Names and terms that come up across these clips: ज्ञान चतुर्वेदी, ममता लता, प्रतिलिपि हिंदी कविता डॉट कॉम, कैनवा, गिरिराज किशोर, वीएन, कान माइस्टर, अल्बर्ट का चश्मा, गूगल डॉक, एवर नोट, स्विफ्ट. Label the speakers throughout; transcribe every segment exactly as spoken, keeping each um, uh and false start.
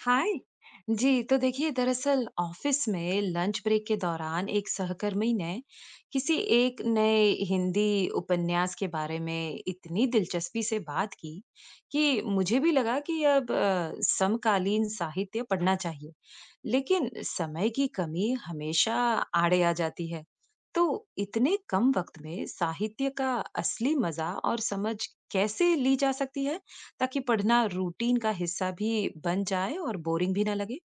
Speaker 1: हाय। जी, तो देखिए, दरअसल office में lunch break के दौरान एक सहकर्मी ने किसी एक नए हिंदी उपन्यास के बारे में इतनी दिलचस्पी से बात की कि मुझे भी लगा कि अब अ, समकालीन साहित्य पढ़ना चाहिए। लेकिन समय की कमी हमेशा आड़े आ जाती है। तो इतने कम वक्त में साहित्य का असली मजा और समझ कैसे ली जा सकती है, ताकि पढ़ना रूटीन का हिस्सा भी बन जाए और बोरिंग भी ना लगे?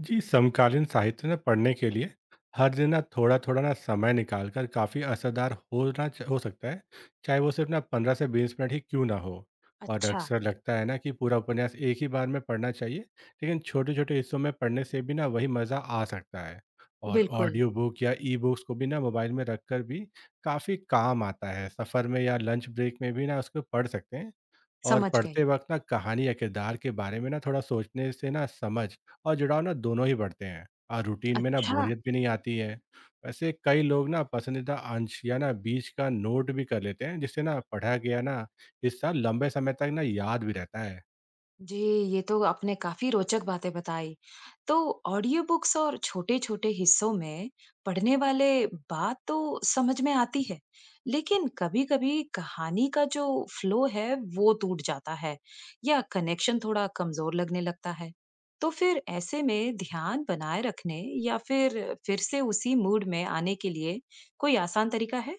Speaker 2: जी, समकालीन साहित्य ना पढ़ने के लिए हर दिन ना थोड़ा-थोड़ा ना समय निकाल कर काफ़ी असरदार होना च हो सकता है, चाहे वो सिर्फ़ ना पंद्रह से बीस मिनट ही क्यों ना हो। और
Speaker 1: अच्छा।
Speaker 2: अक्सर लगता है ना कि पूरा उपन्यास एक ही बार में पढ़ना चाहिए, लेकिन छोटे-छोटे हिस्सों में पढ़ने से भी ना वही मज़ा आ सकता है। और
Speaker 1: बिल्कुल।
Speaker 2: ऑडियो बुक या ई-बुक्स को भी ना मोबाइल में रखकर भी काफ़ी काम आता है, सफ़र में या लंच ब्रेक में भी ना उसको पढ़ सकते हैं। और
Speaker 1: समझ गई।
Speaker 2: पढ़ते वक़्त ना कहानी या किरदार के बारे में ना थोड़ा सोचने से ना समझ और जुड़ाव ना दोनों ही बढ़ते हैं और रूटीन में ना
Speaker 1: अच्छा।
Speaker 2: बोरियत भी नहीं आती है। वैसे कई लोग ना पसंदीदा अंश या ना बीच का नोट भी कर लेते हैं जिससे ना पढ़ा गया ना हिस्सा लंबे समय तक ना याद भी रहता है।
Speaker 1: जी, ये तो आपने काफ़ी रोचक बातें बताई। तो ऑडियो बुक्स और छोटे-छोटे हिस्सों में पढ़ने वाले, बात तो समझ में आती है, लेकिन कभी-कभी कहानी का जो फ्लो है, वो टूट जाता है या कनेक्शन थोड़ा कमज़ोर लगने लगता है। तो फिर ऐसे में ध्यान बनाए रखने या फिर फिर से उसी मूड में आने के लिए कोई आसान तरीका है?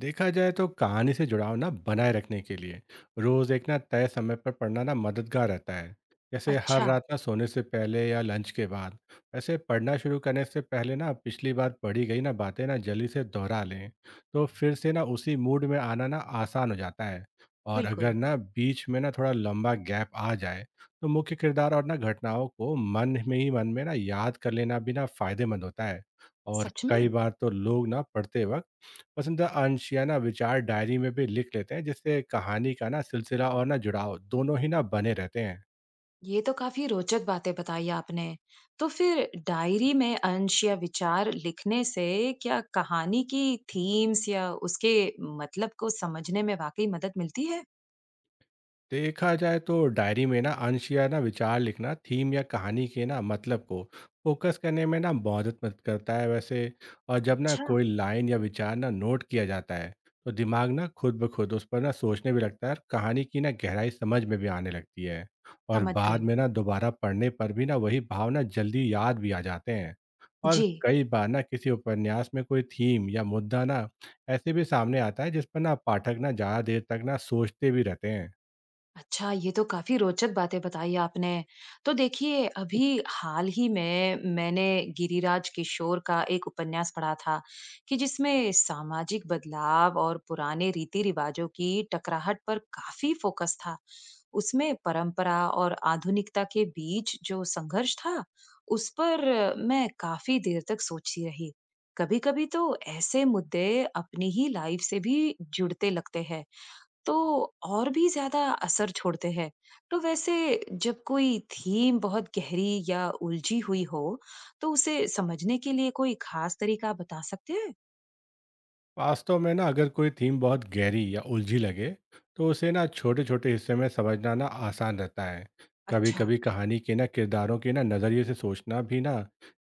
Speaker 2: देखा जाए तो कहानी से जुड़ाव ना बनाए रखने के लिए रोज एक ना तय समय पर पढ़ना ना मददगार रहता है, जैसे हर
Speaker 1: अच्छा।
Speaker 2: रात ना सोने से पहले या लंच के बाद। वैसे पढ़ना शुरू करने से पहले ना पिछली बार पढ़ी गई ना बातें ना जल्दी से दोहरा लें तो फिर से ना उसी मूड में आना ना आसान हो जाता है। और अगर
Speaker 1: बिल्कुल।
Speaker 2: ना बीच में ना थोड़ा लंबा गैप आ जाए तो मुख्य किरदार और ना घटनाओं को मन में ही मन में ना याद कर लेना भी ना फायदेमंद होता है। और
Speaker 1: सच
Speaker 2: कई
Speaker 1: में?
Speaker 2: बार तो लोग ना पढ़ते वक्त पसंदीदा अंश या ना विचार डायरी में भी लिख लेते हैं जिससे कहानी का ना सिलसिला और ना जुड़ाव दोनों ही ना बने रहते हैं।
Speaker 1: ये तो काफी रोचक बातें बताई आपने। तो फिर डायरी में अंश या विचार लिखने से क्या कहानी की थीम्स या उसके मतलब को समझने में वाकई मदद मिलती है?
Speaker 2: देखा जाए तो डायरी में ना अंश या ना विचार लिखना थीम या कहानी के ना मतलब को फोकस करने में ना मदद मदद करता है वैसे। और जब ना
Speaker 1: अच्छा।
Speaker 2: कोई लाइन या विचार ना नोट किया जाता है तो दिमाग ना खुद ब खुद उस पर ना सोचने भी लगता है और कहानी की ना गहराई समझ में भी आने लगती है। और
Speaker 1: समझ
Speaker 2: बाद
Speaker 1: गई।
Speaker 2: में ना दोबारा पढ़ने पर भी ना वही भावना जल्दी याद भी आ जाते हैं। और
Speaker 1: जी।
Speaker 2: कई बार ना किसी उपन्यास में कोई थीम या मुद्दा ना ऐसे भी सामने आता है जिस पर ना पाठक ना ज़्यादा देर तक ना सोचते भी रहते हैं।
Speaker 1: अच्छा, ये तो काफ़ी रोचक बातें बताई आपने। तो देखिए, अभी हाल ही में मैंने गिरिराज किशोर का एक उपन्यास पढ़ा था, कि जिसमें सामाजिक बदलाव और पुराने रीति-रिवाजों की टकराहट पर काफ़ी फोकस था। उसमें परंपरा और आधुनिकता के बीच जो संघर्ष था, उस पर मैं काफ़ी देर तक सोचती रही। कभी-कभी तो ऐसे मुद्दे अपनी ही लाइफ से भी जुड़ते लगते हैं, तो और भी ज़्यादा असर छोड़ते हैं। तो वैसे, जब कोई थीम बहुत गहरी या उलझी हुई हो, तो उसे समझने के लिए कोई खास तरीका बता सकते हैं?
Speaker 2: वास्तव में ना अगर कोई थीम बहुत गहरी या उलझी लगे तो उसे ना छोटे छोटे हिस्से में समझना ना आसान रहता है। कभी
Speaker 1: अच्छा।
Speaker 2: कभी कहानी के ना किरदारों के ना नज़रिए से सोचना भी ना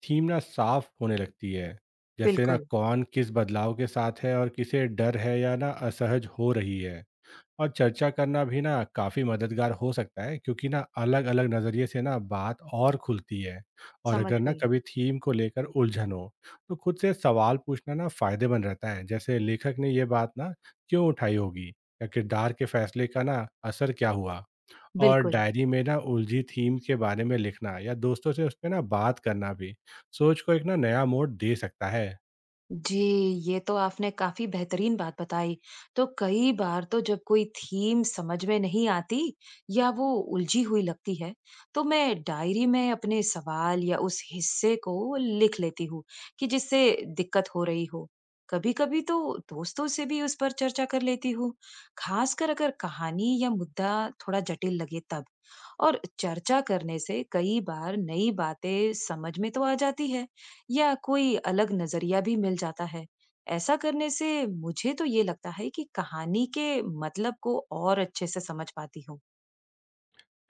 Speaker 2: थीम ना साफ होने लगती है, जैसे ना
Speaker 1: बिल्कुल।
Speaker 2: कौन किस बदलाव के साथ है और किसे डर है या ना असहज हो रही है। और चर्चा करना भी ना काफ़ी मददगार हो सकता है क्योंकि ना अलग-अलग नज़रिए से ना बात और खुलती है। और
Speaker 1: समझ
Speaker 2: अगर ना
Speaker 1: गई।
Speaker 2: कभी थीम को लेकर उलझन हो तो खुद से सवाल पूछना ना फायदेमंद रहता है, जैसे लेखक ने ये बात ना क्यों उठाई होगी या किरदार के फैसले का ना असर क्या हुआ। और
Speaker 1: बिल्कुल।
Speaker 2: डायरी में ना उलझी थीम के बारे में लिखना या दोस्तों से उस पे ना बात करना भी सोच को एक ना नया मोड़ दे सकता है।
Speaker 1: जी, ये तो आपने काफ़ी बेहतरीन बात बताई। तो कई बार तो जब कोई थीम समझ में नहीं आती या वो उलझी हुई लगती है, तो मैं डायरी में अपने सवाल या उस हिस्से को लिख लेती हूँ, कि जिससे दिक्कत हो रही हो। कभी-कभी तो दोस्तों से भी उस पर चर्चा कर लेती हूँ, खासकर अगर कहानी या मुद्दा थोड़ा जटिल लगे तब। और चर्चा करने से कई बार नई बातें समझ में तो आ जाती है या कोई अलग नजरिया भी मिल जाता है। ऐसा करने से मुझे तो ये लगता है कि कहानी के मतलब को और अच्छे से समझ पाती हूँ।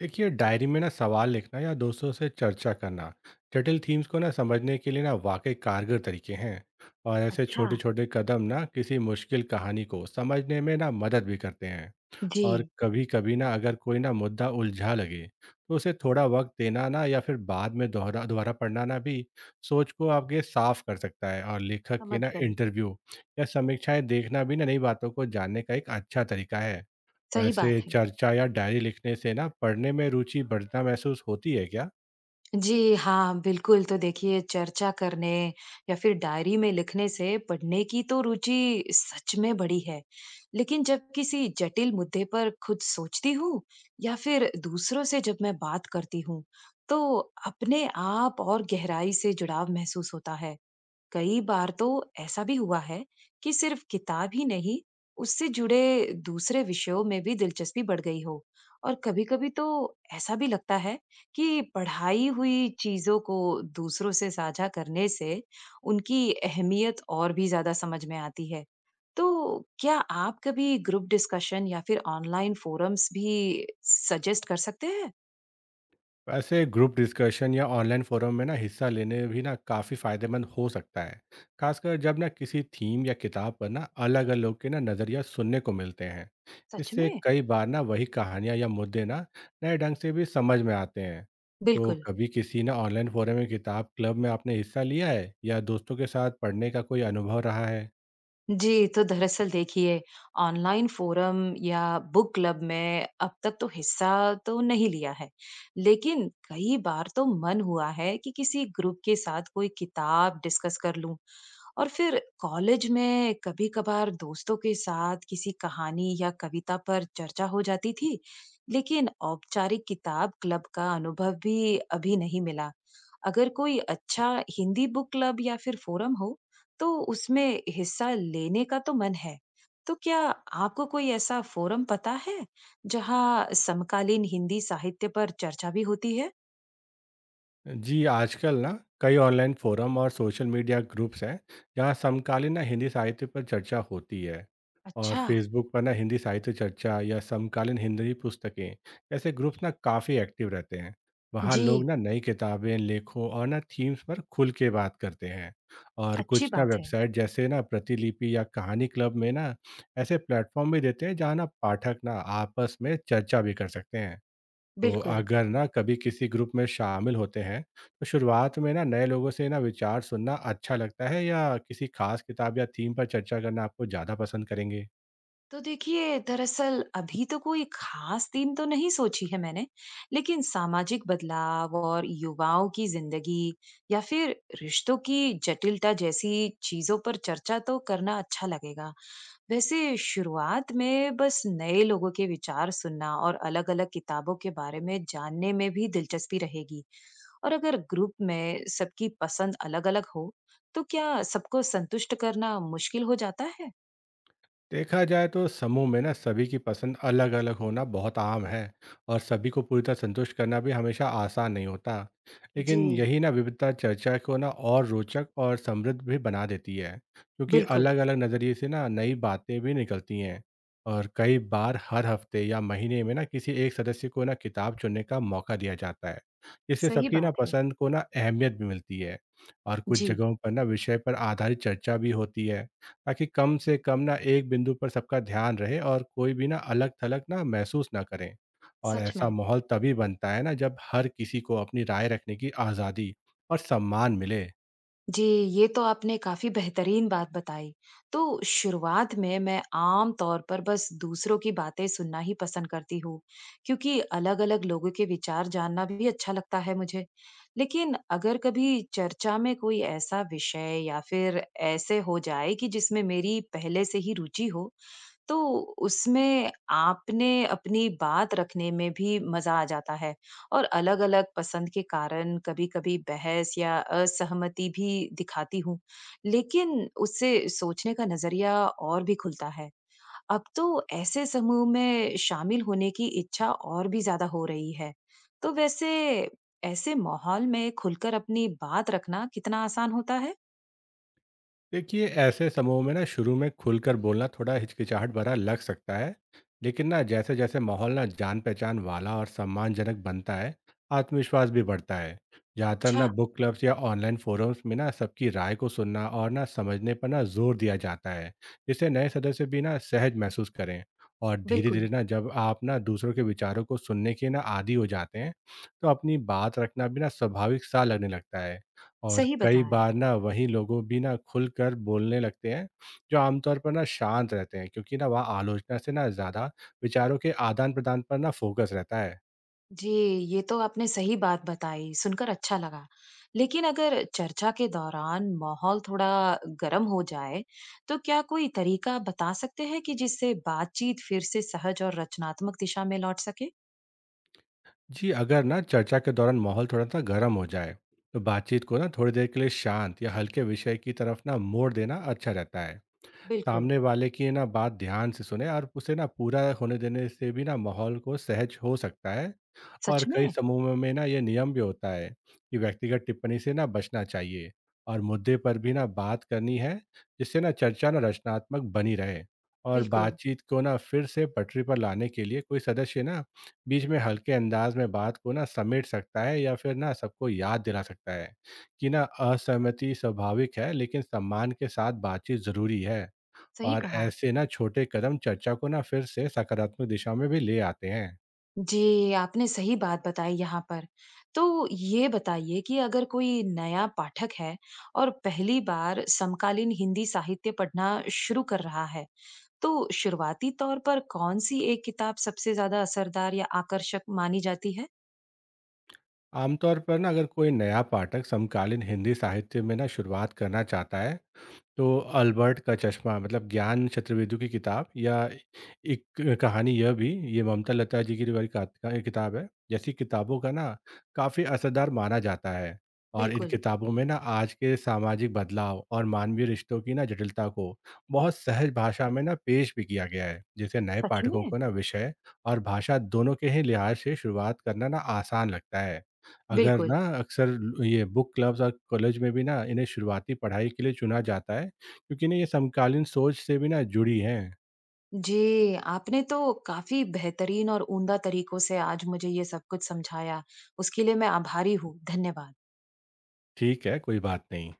Speaker 2: देखिए, डायरी में ना सवाल लिखना या दोस्तों से चर्चा करना जटिल थीम्स को ना समझने के लिए ना वाकई कारगर तरीके हैं। और ऐसे
Speaker 1: अच्छा।
Speaker 2: छोटे छोटे कदम ना किसी मुश्किल कहानी को समझने में ना मदद भी करते हैं।
Speaker 1: जी।
Speaker 2: और कभी कभी ना अगर कोई ना मुद्दा उलझा लगे तो उसे थोड़ा वक्त देना ना या फिर बाद में दोहरा दोबारा पढ़ना ना भी सोच को आपके साफ कर सकता है। और लेखक के
Speaker 1: समझ
Speaker 2: ना
Speaker 1: गई।
Speaker 2: इंटरव्यू या समीक्षाएं देखना भी ना नई बातों को जानने का एक अच्छा तरीका है।
Speaker 1: सही
Speaker 2: वैसे
Speaker 1: बात है।
Speaker 2: चर्चा या डायरी लिखने से ना पढ़ने में रुचि बढ़ना महसूस होती है क्या?
Speaker 1: जी, हाँ, बिल्कुल। तो देखिए, चर्चा करने या फिर डायरी में लिखने से पढ़ने की तो रुचि सच में बढ़ी है। लेकिन जब किसी जटिल मुद्दे पर खुद सोचती हूँ या फिर दूसरों से जब मैं बात करती हूँ, तो अपने आप और गहराई से जुड़ाव महसूस होता है। कई बार तो ऐसा भी हुआ है कि सिर्फ किताब ही नहीं, उससे जुड़े दूसरे विषयों में भी दिलचस्पी बढ़ गई हो। और कभी-कभी तो ऐसा भी लगता है कि पढ़ाई हुई चीजों को दूसरों से साझा करने से उनकी अहमियत और भी ज्यादा समझ में आती है। तो क्या आप कभी ग्रुप डिस्कशन या फिर ऑनलाइन फोरम्स भी सजेस्ट कर सकते हैं?
Speaker 2: वैसे ग्रुप डिस्कशन या ऑनलाइन फोरम में ना हिस्सा लेने भी ना काफ़ी फायदेमंद हो सकता है, खासकर जब ना किसी थीम या किताब पर ना अलग अलग लोग के ना नज़रिया सुनने को मिलते हैं।
Speaker 1: सच
Speaker 2: इससे
Speaker 1: में।
Speaker 2: कई बार ना वही कहानियाँ या मुद्दे ना नए ढंग से भी समझ में आते हैं। तो
Speaker 1: बिल्कुल।
Speaker 2: कभी किसी ना ऑनलाइन फोरम या किताब क्लब में आपने हिस्सा लिया है या दोस्तों के साथ पढ़ने का कोई अनुभव रहा है?
Speaker 1: जी, तो दरअसल देखिए, ऑनलाइन फ़ोरम या बुक क्लब में अब तक तो हिस्सा तो नहीं लिया है, लेकिन कई बार तो मन हुआ है कि किसी ग्रुप के साथ कोई किताब डिस्कस कर लूँ। और फिर कॉलेज में कभी-कभार दोस्तों के साथ किसी कहानी या कविता पर चर्चा हो जाती थी, लेकिन औपचारिक किताब क्लब का अनुभव भी अभी नहीं मिला। अगर कोई अच्छा हिंदी बुक क्लब या फिर फोरम हो, तो उसमें हिस्सा लेने का तो मन है। तो क्या आपको कोई ऐसा फोरम पता है जहां समकालीन हिंदी साहित्य पर चर्चा भी होती है?
Speaker 2: जी, आजकल ना कई ऑनलाइन फोरम और सोशल मीडिया ग्रुप्स हैं, जहाँ समकालीन ना हिंदी साहित्य पर चर्चा होती है। और
Speaker 1: अच्छा।
Speaker 2: फेसबुक पर ना हिंदी साहित्य चर्चा या समकालीन हिंदी पुस्तकें, ऐसे ग्रुप्स ना काफ़ी एक्टिव रहते हैं। वहाँ लोग
Speaker 1: जी,
Speaker 2: ना नई किताबें, लेखों और ना थीम्स पर खुल के बात करते हैं। और
Speaker 1: अच्छी
Speaker 2: कुछ ना
Speaker 1: बात है।
Speaker 2: वेबसाइट जैसे ना प्रतिलिपि या कहानी क्लब में ना ऐसे प्लेटफॉर्म भी देते हैं, जहाँ ना पाठक ना आपस में चर्चा भी कर सकते हैं। तो
Speaker 1: बिल्कुल।
Speaker 2: अगर ना कभी किसी ग्रुप में शामिल होते हैं तो शुरुआत में ना नए लोगों से ना विचार सुनना अच्छा लगता है या किसी खास किताब या थीम पर चर्चा करना आपको ज़्यादा पसंद करेंगे?
Speaker 1: तो देखिए, दरअसल अभी तो कोई खास थीम तो नहीं सोची है मैंने, लेकिन सामाजिक बदलाव और युवाओं की जिंदगी या फिर रिश्तों की जटिलता जैसी चीजों पर चर्चा तो करना अच्छा लगेगा। वैसे शुरुआत में बस नए लोगों के विचार सुनना और अलग-अलग किताबों के बारे में जानने में भी दिलचस्पी रहेगी। और अगर ग्रुप में सबकी पसंद अलग-अलग हो, तो क्या सबको संतुष्ट करना मुश्किल हो जाता है?
Speaker 2: देखा जाए तो समूह में ना सभी की पसंद अलग अलग होना बहुत आम है और सभी को पूरी तरह संतुष्ट करना भी हमेशा आसान नहीं होता।
Speaker 1: जी।
Speaker 2: लेकिन यही ना विविधता चर्चा को ना और रोचक और समृद्ध भी बना देती है क्योंकि
Speaker 1: बिल्कुल।
Speaker 2: अलग अलग नज़रिए से ना नई बातें भी निकलती हैं। और कई बार हर हफ्ते या महीने में ना किसी एक सदस्य को ना किताब चुनने का मौका दिया जाता है जिससे
Speaker 1: सही
Speaker 2: सबकी ना
Speaker 1: बात है।
Speaker 2: पसंद को ना अहमियत भी मिलती है। और कुछ
Speaker 1: जी,
Speaker 2: जगहों पर ना विषय पर आधारित चर्चा भी होती है ताकि कम से कम ना एक बिंदु पर सबका ध्यान रहे और कोई भी ना अलग-थलग ना महसूस ना करें। और
Speaker 1: सच
Speaker 2: ऐसा
Speaker 1: में।
Speaker 2: माहौल तभी बनता है ना जब हर किसी को अपनी राय रखने की आज़ादी और सम्मान मिले।
Speaker 1: जी, ये तो आपने काफ़ी बेहतरीन बात बताई। तो शुरुआत में मैं आम तौर पर बस दूसरों की बातें सुनना ही पसंद करती हूँ, क्योंकि अलग-अलग लोगों के विचार जानना भी अच्छा लगता है मुझे। लेकिन अगर कभी चर्चा में कोई ऐसा विषय या फिर ऐसे हो जाए कि जिसमें मेरी पहले से ही रुचि हो, तो उसमें आपने अपनी बात रखने में भी मजा आ जाता है। और अलग-अलग पसंद के कारण कभी-कभी बहस या असहमति भी दिखाती हूँ, लेकिन उससे सोचने का नजरिया और भी खुलता है। अब तो ऐसे समूह में शामिल होने की इच्छा और भी ज्यादा हो रही है। तो वैसे, ऐसे माहौल में खुलकर अपनी बात रखना कितना आसान होता है?
Speaker 2: देखिए, ऐसे समूह में ना शुरू में खुलकर बोलना थोड़ा हिचकिचाहट भरा लग सकता है, लेकिन ना जैसे जैसे माहौल ना जान पहचान वाला और सम्मानजनक बनता है आत्मविश्वास भी बढ़ता है। ज़्यादातर ना
Speaker 1: अच्छा।
Speaker 2: बुक क्लब्स या ऑनलाइन फोरम्स में ना सबकी राय को सुनना और ना समझने पर ना जोर दिया जाता है जिससे नए सदस्य भी ना सहज महसूस करें। और धीरे धीरे
Speaker 1: बिल्कुल।
Speaker 2: ना जब आप ना दूसरों के विचारों को सुनने के ना आदी हो जाते हैं तो अपनी बात रखना भी ना स्वाभाविक सा लगने लगता है। और
Speaker 1: सही
Speaker 2: कई
Speaker 1: बताया।
Speaker 2: बार ना वहीं लोगों भी ना खुलकर बोलने लगते हैं जो आमतौर पर ना शांत रहते हैं, क्योंकि ना वहाँ आलोचना से ना ज़्यादा विचारों के आदान प्रदान पर ना फोकस रहता है।
Speaker 1: जी, ये तो आपने सही बात बताई, सुनकर अच्छा लगा। लेकिन अगर चर्चा के दौरान माहौल थोड़ा गर्म हो जाए, तो क्या कोई तरीका आप बता सकते हैं कि जिससे बातचीत फिर से सहज और रचनात्मक दिशा में लौट सके?
Speaker 2: जी, अगर ना चर्चा के दौरान माहौल थोड़ा सा गर्म हो जाए तो बातचीत को ना थोड़ी देर के लिए शांत या हल्के विषय की तरफ ना मोड़ देना अच्छा रहता है।
Speaker 1: बिल्कुल।
Speaker 2: सामने वाले की ना बात ध्यान से सुने और उसे ना पूरा होने देने से भी ना माहौल को सहज हो सकता है। और
Speaker 1: सच में?
Speaker 2: कई समूहों में ना ये नियम भी होता है कि व्यक्तिगत टिप्पणी से ना बचना चाहिए और मुद्दे पर भी ना बात करनी है जिससे ना चर्चा ना रचनात्मक बनी रहे। और
Speaker 1: बिल्कुल।
Speaker 2: बातचीत को ना फिर से पटरी पर लाने के लिए कोई सदस्य ना बीच में हल्के अंदाज में बात को ना समेट सकता है या फिर ना सबको याद दिला सकता है कि ना असहमति स्वाभाविक है लेकिन सम्मान के साथ बातचीत ज़रूरी है।
Speaker 1: सही
Speaker 2: और
Speaker 1: कहा।
Speaker 2: ऐसे ना छोटे कदम चर्चा को ना फिर से सकारात्मक दिशा में भी ले आते हैं।
Speaker 1: जी, आपने सही बात बताई यहाँ पर। तो ये बताइए कि अगर कोई नया पाठक है और पहली बार समकालीन हिंदी साहित्य पढ़ना शुरू कर रहा है, तो शुरुआती तौर पर कौन सी एक किताब सबसे ज्यादा असरदार या आकर्षक मानी जाती है?
Speaker 2: आमतौर पर ना अगर कोई नया पाठक समकालीन हिंदी साहित्य में ना शुरुआत करना चाहता है तो अल्बर्ट का चश्मा मतलब ज्ञान चतुर्वेदी की किताब या एक कहानी यह भी, ये ममता लता जी की वाली का, का एक किताब है, जैसी किताबों का ना काफ़ी असरदार माना जाता है। और इन
Speaker 1: बिल्कुल।
Speaker 2: किताबों में ना आज के सामाजिक बदलाव और मानवीय रिश्तों की ना जटिलता को बहुत सहज भाषा में ना पेश भी किया गया है जिसे नए
Speaker 1: सच
Speaker 2: पाठकों
Speaker 1: में?
Speaker 2: को ना विषय और भाषा दोनों के ही लिहाज से शुरुआत करना ना आसान लगता है। अगर
Speaker 1: बिल्कुल।
Speaker 2: ना अक्सर ये बुक क्लब्स और कॉलेज में भी ना इन्हें शुरुआती पढ़ाई के लिए चुना जाता है क्योंकि ना ये समकालीन सोच से भी ना जुड़ी हैं।
Speaker 1: जी, आपने तो काफी बेहतरीन और उम्दा तरीकों से आज मुझे ये सब कुछ समझाया। उसके लिए मैं आभारी हूँ। धन्यवाद।
Speaker 2: ठीक है, कोई बात नहीं।